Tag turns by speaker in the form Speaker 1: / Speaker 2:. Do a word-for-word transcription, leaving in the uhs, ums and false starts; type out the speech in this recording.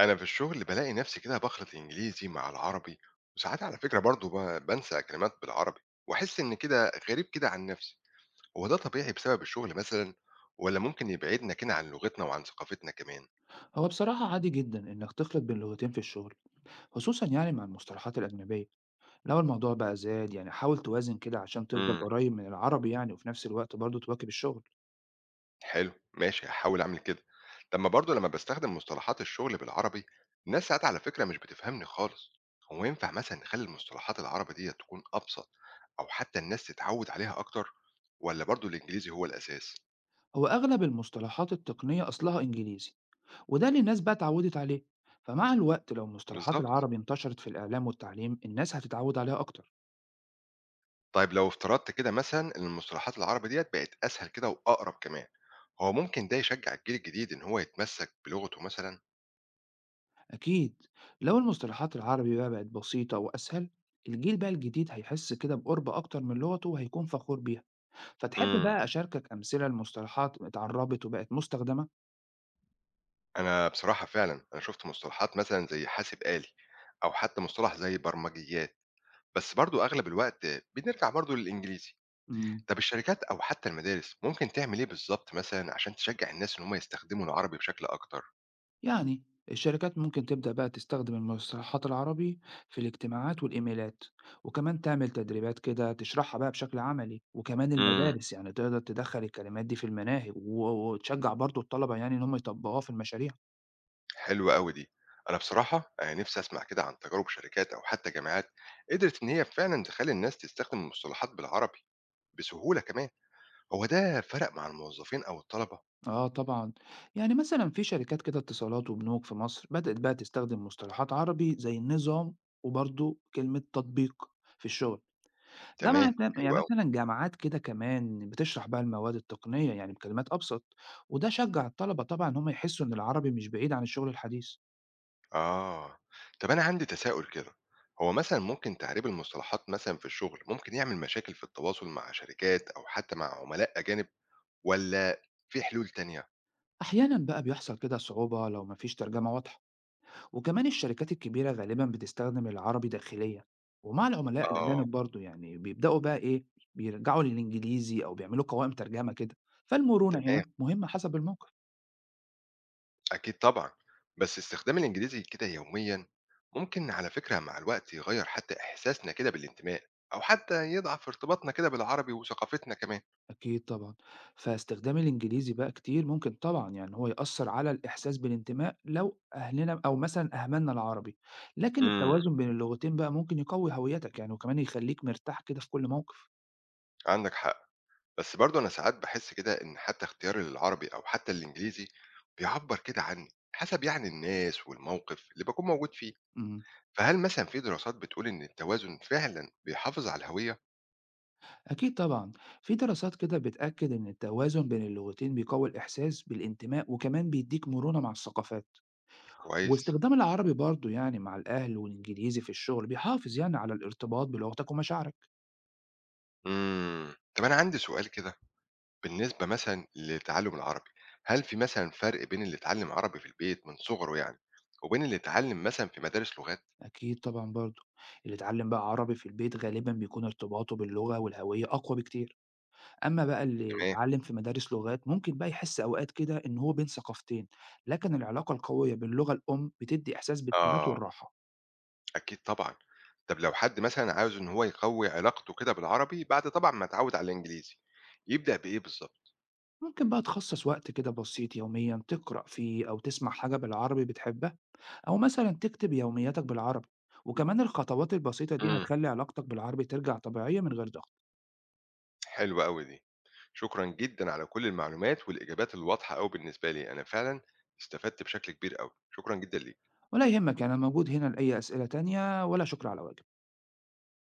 Speaker 1: أنا في الشغل بالاقي نفسي كده بخلط الإنجليزي مع العربي، وساعات على فكرة برضه ب- بنسى كلمات بالعربي، وأحس إن كده غريب كده عن نفسي. هو ده طبيعي بسبب الشغل مثلا، ولا ممكن يبعدنا كده عن لغتنا وعن ثقافتنا كمان؟
Speaker 2: هو بصراحة عادي جدا إنك تخلط بين لغتين في الشغل، خصوصا يعني مع المصطلحات الأجنبية. لو الموضوع بقى زاد، يعني حاول توازن كده عشان تفضل
Speaker 1: امم
Speaker 2: قريب من العربي، يعني وفي نفس الوقت برضه تواكب الشغل.
Speaker 1: حلو ماشي، هحاول أعمل كده. طب ما برضه لما بستخدم مصطلحات الشغل بالعربي، الناس ساعات على فكرة مش بتفهمني خالص. هو ينفع مثلا نخلي المصطلحات العربي دي تكون أبسط، أو حتى الناس تتعود عليها أكتر، ولا برضه الإنجليزي هو الأساس؟
Speaker 2: هو أغلب المصطلحات التقنية أصلها إنجليزي، وده اللي الناس بقى اتعودت عليه. فمع الوقت لو مصطلحات
Speaker 1: بالظبط.
Speaker 2: العربي انتشرت في الإعلام والتعليم، الناس هتتعود عليها أكتر.
Speaker 1: طيب لو افترضت كده مثلا إن المصطلحات العربي ديّة بقت أسهل كده وأقرب كمان، هو ممكن ده يشجّع الجيل الجديد إن هو يتمسّك بلغته مثلًا؟
Speaker 2: أكيد، لو المصطلحات العربي بقى بقت بسيطة وأسهل، الجيل بقى الجديد هيحس كده بقرب أكتر من لغته وهيكون فخور بيها. فتحب
Speaker 1: إمم.
Speaker 2: بقى أشاركك أمثلة لمصطلحات اتعرّبت وبقت مستخدمة؟
Speaker 1: أنا بصراحة فعلًا، أنا شُفت مصطلحات مثلًا زي حاسب آلي أو حتى مصطلح زي برمجيات، بس برضه أغلب الوقت بنرجع برضه للإنجليزي.
Speaker 2: إمم،
Speaker 1: طب الشركات أو حتى المدارس ممكن تعمل إيه بالضبط مثلًا عشان تشجّع الناس إن هم يستخدموا العربي بشكل أكتر؟
Speaker 2: يعني الشركات ممكن تبدأ بقى تستخدم المصطلحات العربي في الاجتماعات والإيميلات، وكمان تعمل تدريبات كده تشرحها بقى بشكل عملي، وكمان
Speaker 1: إمم.
Speaker 2: المدارس يعني تقدر تدخّل الكلمات دي في المناهج، و وتشجّع برضه الطلبة يعني إن هم يطبّقوها في المشاريع.
Speaker 1: حلوة أوي دي. أنا بصراحة آآ نِفْسي أسمع كده عن تجارب شركات أو حتى جامعات قدرت إن هي فعلًا تخلّي الناس تستخدم المصطلحات بالعربي بسهولة كمان. هو ده فرق مع الموظفين أو الطلبة؟
Speaker 2: آه طبعًا، يعني مثلًا في شركات كده اتصالات وبنوك في مصر بدأت بقى تستخدم مصطلحات عربي زي النظام، وبرضه كلمة تطبيق في الشغل.
Speaker 1: تمام،
Speaker 2: جامعة،
Speaker 1: حلو
Speaker 2: يعني
Speaker 1: أوي.
Speaker 2: مثلًا جامعات كده كمان بتشرح بقى المواد التقنية يعني بكلمات أبسط، وده شجع الطلبة طبعًا إن هم يحسوا إن العربي مش بعيد عن الشغل الحديث.
Speaker 1: آه. طب أنا عندي تساؤل كده، هو مثلًا ممكن تعريب المصطلحات مثلًا في الشغل ممكن يعمل مشاكل في التواصل مع شركات أو حتى مع عملاء أجانب، والّا في حلول تانية؟
Speaker 2: أحيانًا بقى بيحصل كده صعوبة لو مفيش ترجمة واضحة، وكمان الشركات الكبيرة غالبًا بتستخدم العربي داخليًا، ومع العملاء
Speaker 1: آه،
Speaker 2: الأجانب برضه يعني بيبدأوا بقى إيه، بيرجعوا للإنجليزي أو بيعملوا قوائم ترجمة كده، فالمرونة
Speaker 1: تمام.
Speaker 2: هنا مهمة حسب الموقف.
Speaker 1: أكيد طبعًا، بس استخدام الإنجليزي كده يوميًا ممكن على فكرة مع الوقت يغيّر حتى إحساسنا كده بالانتماء، أو حتى يضعف ارتباطنا كده بالعربي وثقافتنا كمان.
Speaker 2: أكيد طبعًا، فاستخدام الإنجليزي بقى كتير ممكن طبعًا يعني إن هو يأثّر على الإحساس بالانتماء لو أهلنا أو مثلًا أهملنا العربي، لكن
Speaker 1: إمم.
Speaker 2: التوازن بين اللغتين بقى ممكن يقوي هويتك يعني، وكمان يخلّيك مرتاح كده في كل موقف.
Speaker 1: عندك حق، بس برضه أنا ساعات باحس كده إن حتى اختياري للعربي أو حتى الإنجليزي بيعبّر كده عني، حسب يعني الناس والموقف اللي باكون موجود فيه.
Speaker 2: إمم،
Speaker 1: فهل مثلًا في دراسات بتقول إن التوازن فعلًا بيحافظ على الهوية؟
Speaker 2: أكيد طبعًا، في دراسات كده بتأكد إن التوازن بين اللغتين بيقوي الإحساس بالانتماء وكمان بيدّيك مرونة مع الثقافات،
Speaker 1: كويس.
Speaker 2: واستخدام العربي برضه يعني مع الأهل والإنجليزي في الشغل بيحافظ يعني على الارتباط بلغتك ومشاعرك.
Speaker 1: إمم، طب أنا عندي سؤال كده. بالنسبة مثلًا لتعلُّم العربي، هل في مثلًا فرق بين اللي اتعلّم عربي في البيت من صُغره يعني، وبين اللي اتعلّم مثلًا في مدارس لغات؟
Speaker 2: أكيد طبعًا برضه. اللي اتعلّم بقى عربي في البيت غالبًا بيكون ارتباطه باللغة والهوية أقوى بكتير، أمّا بقى اللي
Speaker 1: تمام،
Speaker 2: اتعلّم في مدارس لغات ممكن بقى يحس أوقات كده إن هو بين ثقافتين، لكن العلاقة القوية باللغة الأم بتدّي إحساس بالثبات
Speaker 1: آه،
Speaker 2: والراحة.
Speaker 1: أكيد طبعًا. طَب لو حد مثلًا عاوز إن هو يقوّي علاقته كده بالعربي بعد طبعًا ما اتعوّد على الإنجليزي، يبدأ بإيه بالضبط؟
Speaker 2: ممكن بقى تخصّص وقت كده بسيط يوميًا تقرأ فيه أو تسمع حاجة بالعربي بتحبها، أو مثلًا تكتب يومياتك بالعربي، وكمان الخطوات البسيطة دي
Speaker 1: إمم،
Speaker 2: هتخلّي علاقتك بالعربي ترجع طبيعية من غير ضغط.
Speaker 1: حلوة أوي دي. شكرًا جدًا على كل المعلومات والإجابات الواضحة أوي بالنسبة لي، أنا فعلًا استفدت بشكل كبير أوي، شكرًا جدًا ليك.
Speaker 2: ولا يهمك، أنا موجود هنا لأي أسئلة تانية، ولا شكر على واجب.